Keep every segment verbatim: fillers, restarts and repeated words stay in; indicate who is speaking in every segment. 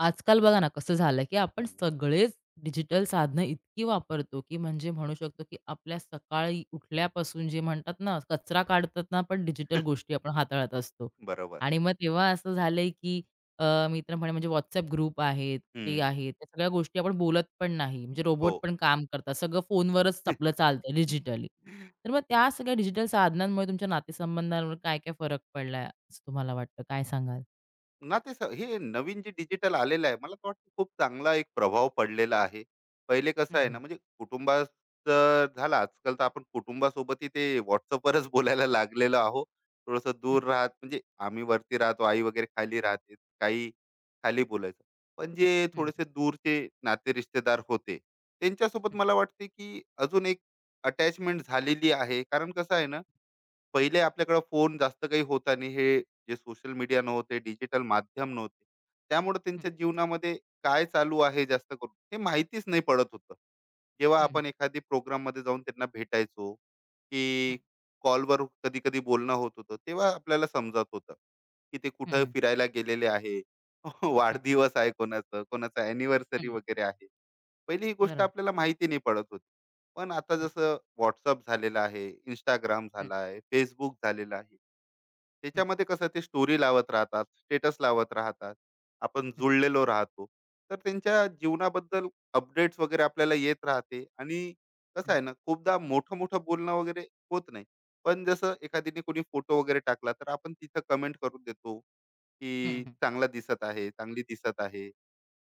Speaker 1: आजकाल बघा ना कसं झालं, की आपण
Speaker 2: हं.
Speaker 1: सगळेच डिजिटल साधनं इतकी वापरतो, की म्हणजे म्हणू शकतो, की आपल्या सकाळी उठल्यापासून जे म्हणतात ना, कचरा काढताना पण डिजिटल गोष्टी आपण हाताळत असतो.
Speaker 2: बरोबर.
Speaker 1: आणि मग तेव्हा असं झालंय, की अ, मित्र म्हणे म्हणजे WhatsApp ग्रुप आहेत, ते
Speaker 2: हं.
Speaker 1: आहेत. त्या सगळ्या गोष्टी आपण बोलत पण नाही. म्हणजे रोबोट
Speaker 2: हो.
Speaker 1: पण काम करतात. सगळं फोनवरच आपलं चालतंय डिजिटली. तर मग त्या सगळ्या डिजिटल साधनांमुळे तुमच्या नातेसंबंधांवर काय-काय फरक पडलाय असं तुम्हाला वाटतं? काय सांगाल?
Speaker 2: ना ते स हे नवीन जे डिजिटल आलेलं आहे, मला तर वाटतं खूप चांगला एक प्रभाव पडलेला आहे. पहिले कसं
Speaker 1: हं,
Speaker 2: आहे ना,
Speaker 1: हं.
Speaker 2: म्हणजे कुटुंबाचं झालं आजकाल तर आपण कुटुंबासोबतही ते WhatsAppवरच बोलायला लागलेलो आहोत. थोडंसं
Speaker 1: हं,
Speaker 2: दूर राहत म्हणजे आम्ही वरती राहतो, आई वगैरे खाली राहते. काही खाली बोलायचं. पण जे
Speaker 1: हं,
Speaker 2: थोडेसे दूरचे नाते-रिश्तेदार होते, त्यांच्यासोबत
Speaker 1: हं,
Speaker 2: मला वाटते, की अजून एक अटॅचमेंट झालेली आहे. कारण कसं आहे ना पहिले आपल्याकडे फोन जास्त काही होता नाही हे जे सोशल मीडिया नव्हते डिजिटल माध्यम नव्हते त्यामुळे
Speaker 1: हं.
Speaker 2: त्यांच्या जीवनामध्ये काय चालू आहे जास्त करून हे माहितीच नाही पडत होतं जेव्हा
Speaker 1: हं, हं,
Speaker 2: आपण एखादी प्रोग्राम मध्ये जाऊन त्यांना भेटायचो की
Speaker 1: हं,
Speaker 2: कॉलवर कधी कधी बोलणं होत होतं तेव्हा आपल्याला समजत होतं की ते
Speaker 1: हं,
Speaker 2: कुठं
Speaker 1: हं,
Speaker 2: फिरायला गेलेले आहे वाढदिवस आहे कोणाचं कोणाचं अॅनिव्हर्सरी वगैरे आहे पहिली ही गोष्ट
Speaker 1: बरोबर.
Speaker 2: आपल्याला माहिती नाही पडत होती. पण आता
Speaker 1: हं,
Speaker 2: जसं WhatsApp झालेलं आहे, इंस्टाग्राम
Speaker 1: हं,
Speaker 2: झाला आहे, Facebook झालेला आहे.
Speaker 1: हं,
Speaker 2: त्याच्यामध्ये कसं ते स्टोरी लावत राहतात, स्टेटस लावत राहतात. आपण
Speaker 1: हं,
Speaker 2: जुळलेलो राहतो. तर त्यांच्या जीवनाबद्दल अपडेट्स वगैरे आपल्याला येत राहते आणि कसं
Speaker 1: हं,
Speaker 2: आहे ना, खूपदा मोठं-मोठं बोलणं वगैरे होत नाही. पण जसं एखादीने कोणी फोटो वगैरे टाकला, तर आपण तिथं कमेंट करून देतो,
Speaker 1: हं,
Speaker 2: की
Speaker 1: हं.
Speaker 2: चांगला दिसत आहे, चांगली दिसत आहे.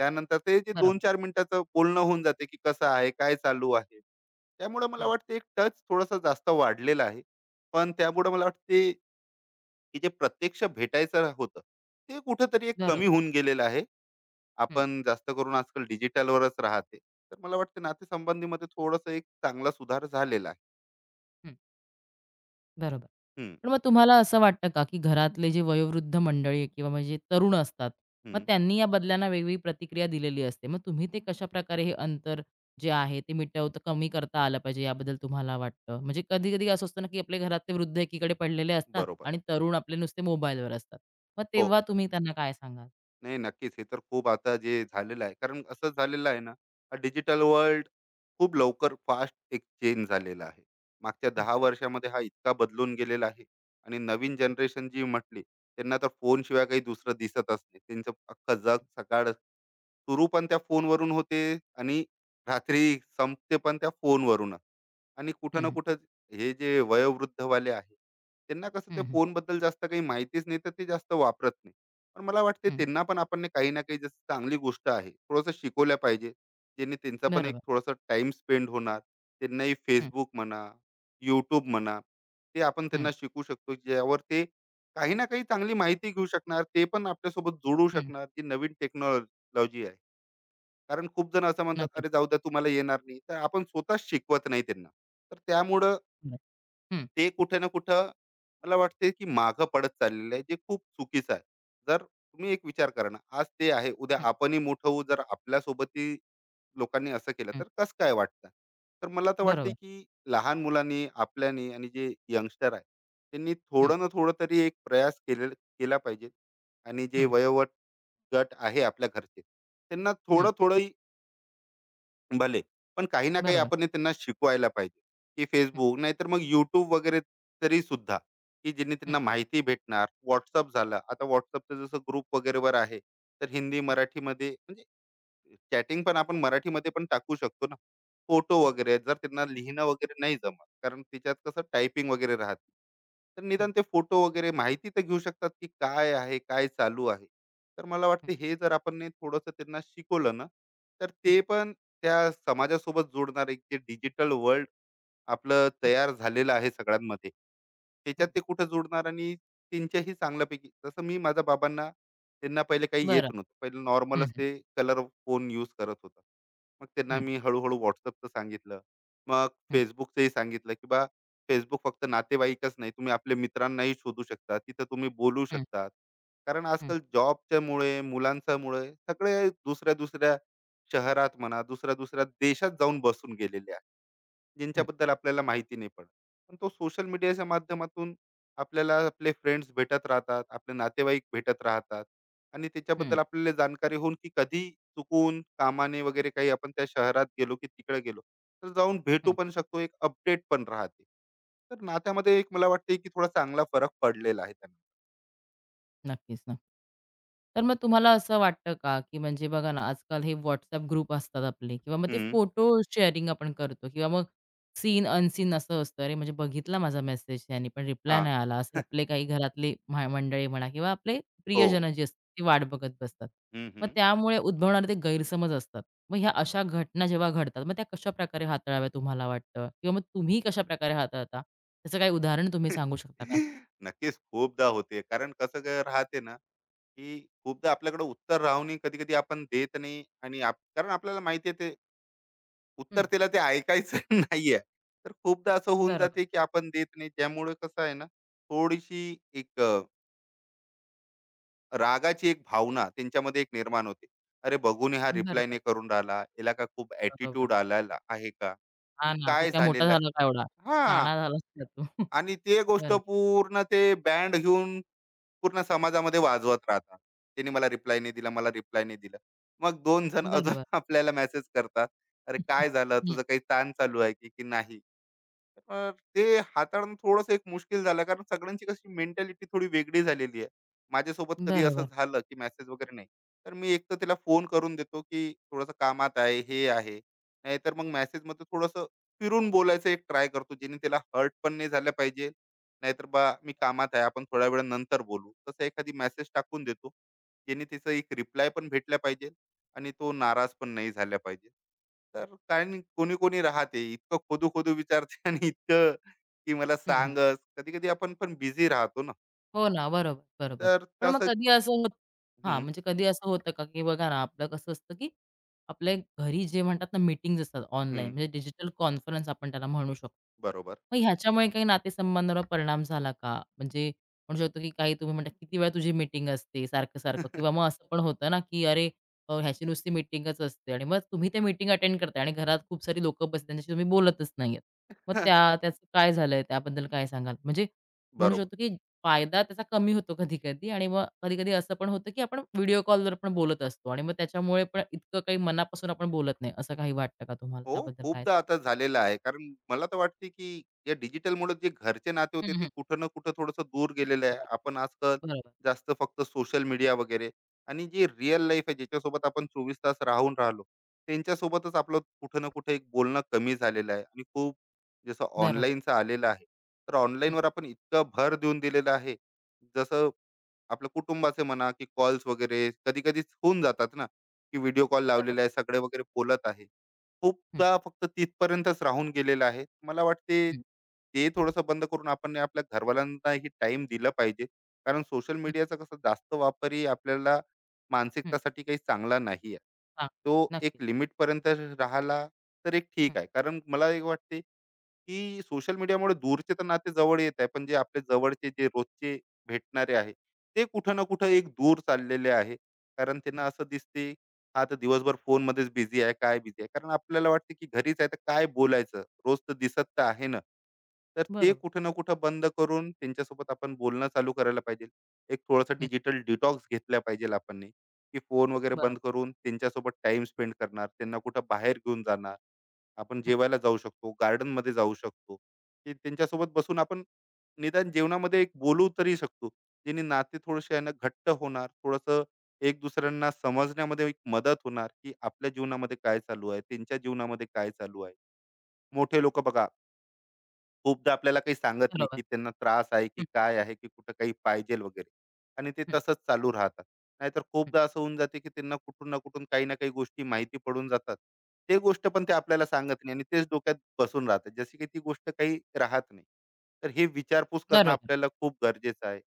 Speaker 2: त्यानंतर ते जे
Speaker 1: बरोबर.
Speaker 2: दोन ते चार मिनिटाचं बोलणं होऊन जाते, की कसं आहे, काय चालू आहे. त्यामुळं मला
Speaker 1: हं,
Speaker 2: वाटते एक टच थोडासा जास्त वाढलेला आहे. पण त्यामुळं मला वाटते की जे प्रत्यक्ष भेटायचं होतं, ते कुठेतरी एक
Speaker 1: बरोबर.
Speaker 2: कमी होऊन गेलेलं आहे.
Speaker 1: हं,
Speaker 2: आपण जास्त करून आजकाल डिजिटलवरच राहते. तर मला वाटतं नातेसंबंधीमध्ये थोडंसं एक चांगला सुधार झालेला आहे.
Speaker 1: हं, बरोबर.
Speaker 2: हं,
Speaker 1: पण मग तुम्हाला असं वाटतं का, की घरातले जे वयोवृद्ध मंडळी आहे किंवा म्हणजे तरुण असतात, मग
Speaker 2: हं.
Speaker 1: त्यांनी या बदलांना वेगवेगळी प्रतिक्रिया दिलेली असते. मग तुम्ही ते कशाप्रकारे हे अंतर जे आहे ते मिटवता कमी करता आलं पाहिजे याबद्दल तुम्हाला वाटतं? म्हणजे कधी-कधी असं असतं ना, की आपले घरातले वृद्ध एकीकडे पडलेले असतात
Speaker 2: बरोबर.
Speaker 1: आणि तरुण आपले नुसते मोबाईलवर असतात. मग
Speaker 2: हो.
Speaker 1: तेव्हा तुम्ही त्यांना काय सांगाल?
Speaker 2: नाही, नक्कीच. हे तर खूप आता जे झालेलं आहे, कारण असं झालेलं आहे ना, डिजिटल
Speaker 1: हं,
Speaker 2: वर्ल्ड खूप लवकर फास्ट एक चेंज झालेला आहे. मागच्या
Speaker 1: हं,
Speaker 2: दहा वर्षामध्ये हा इतका बदलून गेलेला आहे आणि नवीन जनरेशन जी म्हटली, त्यांना तर फोनशिवाय काही दुसरं दिसतच नाही. त्यांचं अख्खं जग सकाळ सुरू पण त्या फोनवरून होते आणि रात्री संपते पण त्या फोनवरूनच. आणि कुठं
Speaker 1: हं,
Speaker 2: ना
Speaker 1: हं,
Speaker 2: कुठं हे जे वयोवृद्धवाले आहे, त्यांना कसं ते
Speaker 1: हं, हं,
Speaker 2: फोनबद्दल जास्त काही माहितीच नाही, तर ते जास्त वापरत नाही. पण मला वाटते त्यांना पण आपण ने काही ना काही जसं चांगली गोष्ट आहे थोडंसं शिकवल्या पाहिजे ज्यांनी त्यांचा पण एक
Speaker 1: बरोबर.
Speaker 2: थोडासा टाइम स्पेंड होणार त्यांनाही
Speaker 1: हं,
Speaker 2: फेसबुक म्हणा यूट्यूब म्हणा ते आपण
Speaker 1: हं,
Speaker 2: त्यांना शिकू शकतो ज्यावर ते काही ना काही चांगली माहिती घेऊ शकणार ते पण आपल्यासोबत जोडू
Speaker 1: हं.
Speaker 2: शकणार जी नवीन टेक्नॉलॉजी आहे कारण खूप जण असं म्हणतात
Speaker 1: नक्कीच.
Speaker 2: अरे जाऊ द्या तुम्हाला येणार नाही तर आपण स्वतःच शिकवत नाही त्यांना तर त्यामुळं
Speaker 1: बरं. हं,
Speaker 2: ते कुठे ना कुठं मला वाटते की मागं पडत चाललेलं आहे जे खूप चुकीचं आहे जर तुम्ही एक विचार करा ना आज ते आहे उद्या
Speaker 1: हं,
Speaker 2: आपणही मोठं होऊ जर आपल्यासोबतही लोकांनी असं केलं
Speaker 1: हं.
Speaker 2: तर कसं काय वाटतं तर मला तर वाटते
Speaker 1: बरोबर.
Speaker 2: की लहान मुलांनी आपल्यानी आणि जे यंगस्टर आहे त्यांनी
Speaker 1: हं,
Speaker 2: थोडं ना थोडं तरी एक प्रयास केले केला पाहिजे आणि जे
Speaker 1: हं,
Speaker 2: वयोवट गट आहे आपल्या घरचे त्यांना
Speaker 1: हं.
Speaker 2: थोडं थोडं भले. पण काही ना काही
Speaker 1: बरोबर.
Speaker 2: आपण हे त्यांना शिकवायला पाहिजे, की
Speaker 1: हं,
Speaker 2: Facebook नाहीतर मग YouTube वगैरे तरी सुद्धा, की ज्यांनी
Speaker 1: हं,
Speaker 2: त्यांना माहिती भेटणार. WhatsApp झालं. आता WhatsAppचं जसं ग्रुप वगैरेवर आहे, तर हिंदी,
Speaker 1: हं,
Speaker 2: मराठीमध्ये म्हणजे चॅटिंग पण आपण मराठीमध्ये पण टाकू शकतो ना. फोटो
Speaker 1: हं,
Speaker 2: वगैरे जर त्यांना लिहिणं वगैरे नाही जमत, कारण त्याच्यात कसं टायपिंग वगैरे राहते. तर
Speaker 1: हं,
Speaker 2: निदान ते फोटो वगैरे माहिती तर घेऊ शकतात, की काय आहे, काय चालू आहे. तर मला
Speaker 1: हं,
Speaker 2: वाटतं हे जर आपण नी थोडंसं त्यांना शिकवलं ना, तर
Speaker 1: हं,
Speaker 2: ते पण त्या समाजासोबत जोडणार एक जे डिजिटल वर्ल्ड आपलं
Speaker 1: हं,
Speaker 2: तयार झालेलं आहे सगळ्यांमध्ये, त्याच्यात
Speaker 1: हं.
Speaker 2: ते कुठं जोडणार आणि त्यांच्याही चांगल्यापैकी जसं मी माझ्या बाबांना त्यांना पहिले काही
Speaker 1: बरं.
Speaker 2: येत नव्हतं. पहिले
Speaker 1: हं,
Speaker 2: नॉर्मलच
Speaker 1: हं,
Speaker 2: ते कलर फोन यूज करत होता. मग त्यांना
Speaker 1: हं,
Speaker 2: मी हळू-हळू WhatsAppचं सांगितलं. मग
Speaker 1: हं,
Speaker 2: Facebookचंही सांगितलं, की बा Facebook फक्त नातेवाईकच नाही, तुम्ही आपल्या मित्रांनाही शोधू शकता. तिथं तुम्ही बोलू
Speaker 1: हं,
Speaker 2: शकता. कारण
Speaker 1: हं,
Speaker 2: आजकाल जॉबच्यामुळे, मुलांच्यामुळे सगळे दुसऱ्या-दुसऱ्या शहरात म्हणा, दुसऱ्या-दुसऱ्या देशात जाऊन बसून गेलेले आहे.
Speaker 1: हं,
Speaker 2: ज्यांच्याबद्दल आपल्याला माहिती नाही पडत पण तो सोशल मीडियाच्या माध्यमातून आपल्याला आपले फ्रेंड्स भेटत राहतात आपले नातेवाईक भेटत राहतात आणि
Speaker 1: हं,
Speaker 2: त्याच्याबद्दल आपल्याला जाणकारी होऊन की कधी चुकून कामाने वगैरे काही आपण त्या शहरात गेलो की तिकडे गेलो तर जाऊन भेटू
Speaker 1: हं.
Speaker 2: पण शकतो एक अपडेट पण राहते तर नात्यामध्ये एक मला वाटते की थोडा चांगला फरक पडलेला आहे त्यांना
Speaker 1: नक्कीच, नक्की. तर मग तुम्हाला असं वाटतं का, की म्हणजे बघा ना, आजकाल हे WhatsApp ग्रुप असतात आपले किंवा मग ते
Speaker 2: हम्म,
Speaker 1: फोटो शेअरिंग आपण करतो किंवा मग सीन अनसीन असं असतं. अरे, म्हणजे बघितला माझा मेसेज त्याने पण रिप्लाय
Speaker 2: हा
Speaker 1: नाही आला. असे आपले काही घरातले म्हा मंडळी म्हणा किंवा आपले
Speaker 2: हो
Speaker 1: प्रियजन जे असतात ते वाट बघत बसतात.
Speaker 2: हम्म,
Speaker 1: मग
Speaker 2: हम्म.
Speaker 1: त्यामुळे उद्भवणारे ते गैरसमज असतात. मग ह्या अशा घटना जेव्हा घडतात, मग त्या कशाप्रकारे हाताळाव्या तुम्हाला वाटतं? किंवा मग तुम्ही कशाप्रकारे हाताळता? त्याचं काही उदाहरण तुम्ही सांगू शकता का?
Speaker 2: नक्कीच खूपदा होते कारण कसं काय राहते ना की खूपदा आपल्याकडे उत्तर राहूनही कधी कधी आपण देत नाही आणि आप- कारण आपल्याला माहिती आहे ते उत्तर
Speaker 1: हं,
Speaker 2: त्याला ते ऐकायचं नाहीये तर खूपदा असं होऊन
Speaker 1: बरोबर,
Speaker 2: जाते की आपण देत नाही त्यामुळे कसं आहे ना थोडीशी एक अ, रागाची एक भावना त्यांच्यामध्ये एक निर्माण होते अरे बघून हा रिप्लाय
Speaker 1: बरोबर,
Speaker 2: नाही करून राहिला याला का खूप
Speaker 1: बरोबर.
Speaker 2: ऍटिट्यूड आलेला आहे का
Speaker 1: हां
Speaker 2: की
Speaker 1: ना, तू
Speaker 2: काय
Speaker 1: काय मोठा
Speaker 2: झालेला आहे?
Speaker 1: झाला का एवढा?
Speaker 2: हा
Speaker 1: शहाणा झालास का तू?
Speaker 2: आणि ते गोष्ट
Speaker 1: बरं,
Speaker 2: पूर्ण ते बँड घेऊन पूर्ण समाजामध्ये वाजवत राहतात. त्यांनी मला रिप्लाय नाही दिला, मला रिप्लाय नाही दिला. मग दोन जण अजून
Speaker 1: बरोबर.
Speaker 2: आपल्याला मेसेज करतात. "अरे काय झालं?
Speaker 1: हं,
Speaker 2: तुझं काही ताण चालू आहे की, की नाही?" अ, ते हाताळणं थोडंसं एक मुश्किल झालं कारण सगळ्यांची कशी मेंटॅलिटी थोडी वेगळी झालेली आहे. माझ्यासोबत कधी असं
Speaker 1: बरोबर.
Speaker 2: झालं, की मेसेज वगैरे नाही. तर मी एक तर त्याला फोन करून देतो, की थोडंसं कामात आहे, हे आहे. नाहीतर मग मेसेजमध्ये थोडंसं फिरून बोलायचं एक ट्राय करतो, जेणे त्याला हर्ट पण नाही झालं पाहिजे. नाहीतर बा मी कामात आहे, आपण थोड्या वेळानंतर बोलू. तसं एखादी मेसेज टाकून देतो, जेणे त्याचा एक रिप्लाय पण भेटला पाहिजे. आणि तो नाराज पण नाही झाला पाहिजे. तर कारण कोणी कोणी राहते इतकं खोदू-खोदू विचारते आणि इतकं की मला
Speaker 1: हं, हं.
Speaker 2: सांगच. कधी-कधी आपण पण बिझी राहतो ना.
Speaker 1: हो ना, बरोबर, बरोबर.
Speaker 2: तर
Speaker 1: पण मग
Speaker 2: तसं
Speaker 1: कधी असं होत हां,
Speaker 2: हं,
Speaker 1: म्हणजे कधी असं होतं का, की बघा ना, आपलं कसं असतं, की आपल्या घरी जे म्हणतात ना, मीटिंग्ज असतात ऑनलाईन,
Speaker 2: हं.
Speaker 1: म्हणजे डिजिटल कॉन्फरन्स आपण त्याला म्हणू शकतो.
Speaker 2: बरोबर.
Speaker 1: मग ह्याच्यामुळे काही नातेसंबंधावर परिणाम झाला का? म्हणजे म्हणू शकतो, की काही तुम्ही म्हणता, किती वेळा तुझी मीटिंग असते सारखं-सारखं किंवा मग असं पण होतं ना, की अरे, अ, ह्याची नुसती मीटिंगच असते आणि मग तुम्ही ते मीटिंग अटेंड करताय आणि घरात खूप सारी लोकं बसली, त्यांच्याशी तुम्ही बोलतच नाहीयेत. मग त्या त्याचं काय झालंय? त्याबद्दल काय सांगाल? म्हणजे म्हणू
Speaker 2: बरोबर.
Speaker 1: शकतो, की फायदा त्याचा कमी होतो कधी-कधी आणि मग कधी-कधी असं पण होतं, की आपण व्हिडिओ कॉलवर पण बोलत असतो आणि मग त्याच्यामुळे पण इतकं काही मनापासून आपण बोलत नाही. असं काही वाटतं का तुम्हाला?
Speaker 2: हो,
Speaker 1: त्याबद्दल काय?
Speaker 2: खूपदा आता झालेलं आहे. कारण मला तर वाटते, की या डिजिटलमुळे जे घरचे नाते होते,
Speaker 1: हं,
Speaker 2: ते
Speaker 1: हं.
Speaker 2: कुठं ना कुठं थोडंसं दूर गेलेलं आहे.
Speaker 1: नाही.
Speaker 2: आपण आजकाल
Speaker 1: बरोबर,
Speaker 2: जास्त फक्त सोशल मीडिया वगैरे आणि जी रिअल लाईफ आहे, ज्याच्यासोबत आपण चोवीस तास राहून राहिलो, त्यांच्यासोबतच आपलं कुठं ना कुठे एक बोलणं कमी झालेलं आहे आणि खूप जसं
Speaker 1: बरोबर.
Speaker 2: ऑनलाईनचं आलेलं आहे. तर
Speaker 1: हं,
Speaker 2: ऑनलाईनवर आपण इतकं भर देऊन दिलेलं आहे, जसं आपल्या कुटुंबाचे म्हणा की कॉल्स वगैरे कधी कधी होऊन जातात ना की व्हिडिओ कॉल
Speaker 1: बरोबर.
Speaker 2: लावलेला आहे सगळे वगैरे बोलत आहे
Speaker 1: हं,
Speaker 2: खूपदा फक्त तिथपर्यंतच राहून गेलेलं आहे मला वाटते
Speaker 1: हं,
Speaker 2: ते थोडंसं बंद करून आपण आपल्या घरवाल्यांनाही टाइम दिला पाहिजे कारण सोशल
Speaker 1: हं,
Speaker 2: मीडियाचा कसं जास्त वापरही आपल्याला
Speaker 1: हं.
Speaker 2: मानसिकतासाठी काही चांगला नाही आहे
Speaker 1: हां,
Speaker 2: तो एक
Speaker 1: नक्कीच.
Speaker 2: लिमिट पर्यंत राहिला तर एक ठीक
Speaker 1: हं,
Speaker 2: आहे कारण मला एक वाटते की सोशल मीडियामुळे दूरचे तर नाते जवळ येत आहे पण जे आपले जवळचे जे रोजचे भेटणारे आहे ते कुठं ना कुठं एक दूर चाललेले आहे. कारण
Speaker 1: हं,
Speaker 2: त्यांना असं दिसते, हा तर दिवसभर फोनमध्येच बिझी आहे, काय बिझी आहे. कारण आपल्याला वाटते की घरीच आहे तर काय बोलायचं? रोज तर दिसत तर
Speaker 1: हं.
Speaker 2: आहे ना. तर ते
Speaker 1: बरोबर.
Speaker 2: कुठं ना कुठं बंद करून त्यांच्यासोबत आपण बोलणं चालू करायला पाहिजे. एक थोडासा
Speaker 1: हं,
Speaker 2: डिजिटल डिटॉक्स घेतला पाहिजे आपणनी, की फोन वगैरे बंद
Speaker 1: बरोबर.
Speaker 2: करून त्यांच्यासोबत टाईम स्पेंड करणार, त्यांना कुठं बाहेर घेऊन जाणार. आपण
Speaker 1: हं,
Speaker 2: जेवायला जाऊ शकतो, गार्डनमध्ये जाऊ शकतो, की त्यांच्यासोबत बसून आपण निदान जेवणामध्ये एक बोलू तरी शकतो. ज्यांनी नाते थोडेसे आहे ना घट्ट होणार थोडंसं एक दुसऱ्यांना समजण्यामध्ये एक मदत होणार की आपल्या जीवनामध्ये काय चालू आहे त्यांच्या जीवनामध्ये काय चालू आहे मोठे लोक बघा खूपदा आपल्याला काही सांगत नाही,
Speaker 1: बरोबर.
Speaker 2: की त्यांना त्रास आहे, की
Speaker 1: हं,
Speaker 2: काय आहे, की कुठं काही पाहिजेल वगैरे आणि ते
Speaker 1: हं,
Speaker 2: तसंच चालू राहतात. नाहीतर
Speaker 1: हं.
Speaker 2: खूपदा असं होऊन जाते, की त्यांना कुठून ना कुठून काही ना काही गोष्टी माहिती पडून जातात. ते गोष्ट पण ते आपल्याला सांगत नाही आणि तेच डोक्यात बसून राहते. जशी की ती गोष्ट काही राहत नाही. तर हे विचारपूस करणं
Speaker 1: बरोबर.
Speaker 2: आपल्याला खूप गरजेचं आहे.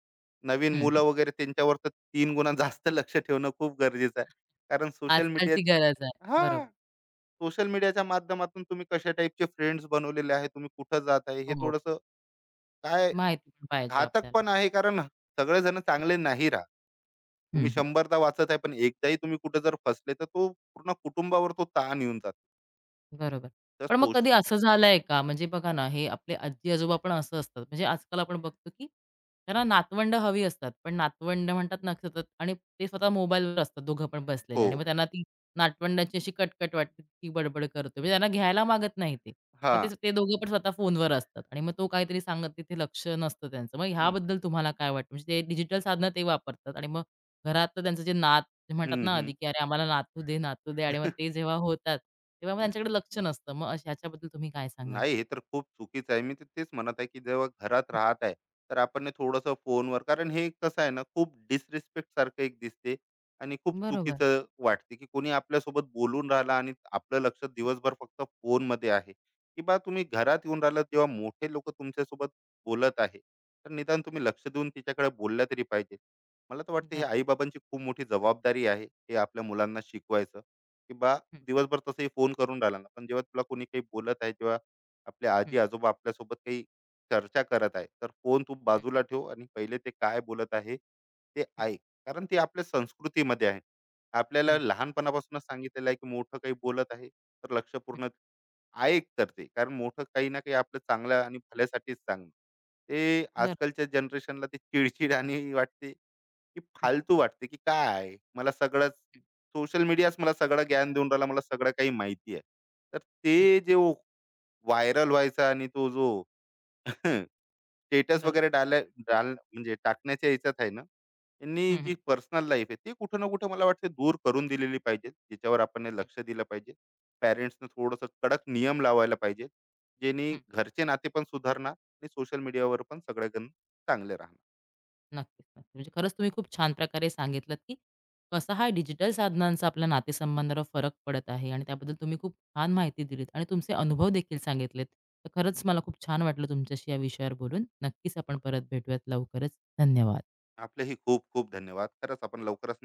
Speaker 2: नवीन
Speaker 1: हं,
Speaker 2: मुलं
Speaker 1: हं.
Speaker 2: वगैरे त्यांच्यावर तर तीन गुणा जास्त लक्ष ठेवणं खूप गरजेचं आहे. कारण सोशल मीडिया
Speaker 1: आजकालची गरज आहे.
Speaker 2: हां.
Speaker 1: बरोबर.
Speaker 2: सोशल मीडियाच्या माध्यमातून तुम्ही कशा टाईपचे फ्रेंड्स बनवलेले आहेत, तुम्ही कुठं जात आहे, हे
Speaker 1: हो,
Speaker 2: थोडंसं काय
Speaker 1: माहिती पण पाहिजे
Speaker 2: घातक
Speaker 1: आपल्याला.
Speaker 2: पण आहे कारण सगळेजण चांगले नाही राहत.
Speaker 1: हं,
Speaker 2: तुम्ही
Speaker 1: हं.
Speaker 2: शंभरदा वाचत आहे पण एकदाही तुम्ही कुठे जर फसले तर तो पूर्ण कुटुंबावर तो ताण येऊन जातो.
Speaker 1: बरोबर.
Speaker 2: तर
Speaker 1: पण मग
Speaker 2: सोश
Speaker 1: कधी असं झालंय का? म्हणजे बघा ना, हे आपले आजी-आजोबा पण असं असतात. म्हणजे आजकाल आपण बघतो, की त्यांना नातवंड हवी असतात. पण नातवंड म्हणतात ना सतत आणि ते स्वतः मोबाईलवर असतात दोघं पण बसलेले
Speaker 2: हो.
Speaker 1: आणि मग त्यांना ती नातवंडाची अशी कटकट वाटते, ती बडबड करतो. म्हणजे त्यांना घ्यायला मागत नाही ते. मग ते
Speaker 2: हां.
Speaker 1: ते दोघं पण स्वतः फोनवर असतात आणि मग तो काहीतरी सांगत तिथे लक्ष नसतं त्यांचं. मग
Speaker 2: हं.
Speaker 1: ह्याबद्दल तुम्हाला काय वाटतं? म्हणजे ते डिजिटल साधनं ते वापरतात आणि मग घरातलं त्यांचं जे नात ते म्हणतात
Speaker 2: हं,
Speaker 1: ना
Speaker 2: हं.
Speaker 1: आधी, की "अरे आम्हाला नातू दे, नातू दे" आणि मग ते जेव्हा होतात, तेव्हा मग त्यांच्याकडे लक्ष नसतं. मग अशा ह्याच्याबद्दल तुम्ही काय सांगाल?
Speaker 2: नाही हे तर खूप चुकीचं आहे. मी तर तेच म्हणत आहे, की जेव्हा घरात राहत आहे, तर आपण ना थोडंसं फोनवर कारण हे कसं आहे ना, खूप डिसरिस्पेक्ट सारखं एक दिसते आणि खूप
Speaker 1: बरोबर.
Speaker 2: चुकीचं वाटते, की कोणी आपल्यासोबत बोलून राहिला आणि आपलं लक्ष
Speaker 1: हं,
Speaker 2: दिवसभर फक्त फोनमध्ये आहे, की बा तुम्ही घरात येऊन राहिला तेव्हा मोठे लोकं तुमच्यासोबत बोलत आहे, तर निदान
Speaker 1: हं.
Speaker 2: तुम्ही लक्ष देऊन तिच्याकडे बोलल्या तरी पाहिजे. मला तर वाटतं ही
Speaker 1: बरोबर.
Speaker 2: आई खूप मोठी जबाबदारी आहे, हे आपल्या मुलांना शिकवायचं, की बा
Speaker 1: हं,
Speaker 2: दिवसभर तसंही फोन करून राहिला ना, पण जेव्हा तुला कोणी काही बोलत आहे, जेव्हा आपले
Speaker 1: हं,
Speaker 2: आजी-आजोबा आपल्यासोबत काही चर्चा करत आहे, तर फोन तू
Speaker 1: हं,
Speaker 2: बाजूला ठेव आणि पहिले ते काय बोलत आहे, ते
Speaker 1: हं,
Speaker 2: ऐक. कारण ते आपल्या संस्कृतीमध्ये आहे. आपल्याला
Speaker 1: हं,
Speaker 2: लहानपणापासूनच सांगितलेलं आहे, की मोठं काही बोलत आहे, तर
Speaker 1: हं.
Speaker 2: लक्षपूर्ण ऐक तर ते. कारण मोठं काही ना काही आपलं चांगलं आणि भल्यासाठीच सांगणं. ते
Speaker 1: बरोबर.
Speaker 2: आजकालच्या जनरेशनला ते चिडचिड आणि वाटते, की
Speaker 1: हं,
Speaker 2: फालतू वाटते, की काय मला सगळंच
Speaker 1: हं,
Speaker 2: सोशल मीडियाच मला सगळं ज्ञान देऊन राहिला, मला सगळं काही माहिती आहे. तर
Speaker 1: हं.
Speaker 2: ते जे व्हायरल व्हायचा आणि तो जो स्टेटस
Speaker 1: बरोबर.
Speaker 2: वगैरे डाला डाल म्हणजे टाकण्याच्या ह्याच्यात आहे ना, त्यांनी
Speaker 1: हं, हं,
Speaker 2: जी पर्सनल लाईफ आहे, ती कुठं ना कुठं मला वाटते दूर करून दिलेली पाहिजे. त्याच्यावर आपण हे
Speaker 1: हं,
Speaker 2: लक्ष दिलं पाहिजे. पॅरेंट्सनं थोडंसं कडक नियम लावायला पाहिजे, जेणे
Speaker 1: हं.
Speaker 2: घरचे नाते पण सुधारणार आणि सोशल मीडियावर पण सगळेजण चांगले राहणार.
Speaker 1: नक्कीच, नक्कीच. म्हणजे खरंच तुम्ही खूप छान प्रकारे सांगितलत, की कसा हा डिजिटल साधनांचा आपल्या नातेसंबंधावर फरक पडत आहे आणि त्याबद्दल तुम्ही खूप छान माहिती दिलीत आणि तुमचे अनुभव देखील सांगितलेत. तर खरंच मला खूप छान वाटलं तुमच्याशी या विषयावर बोलून. नक्कीच आपण परत भेटूयात लवकरच. धन्यवाद.
Speaker 2: आपलेही खूप खूप धन्यवाद. खरंच आपण लवकरच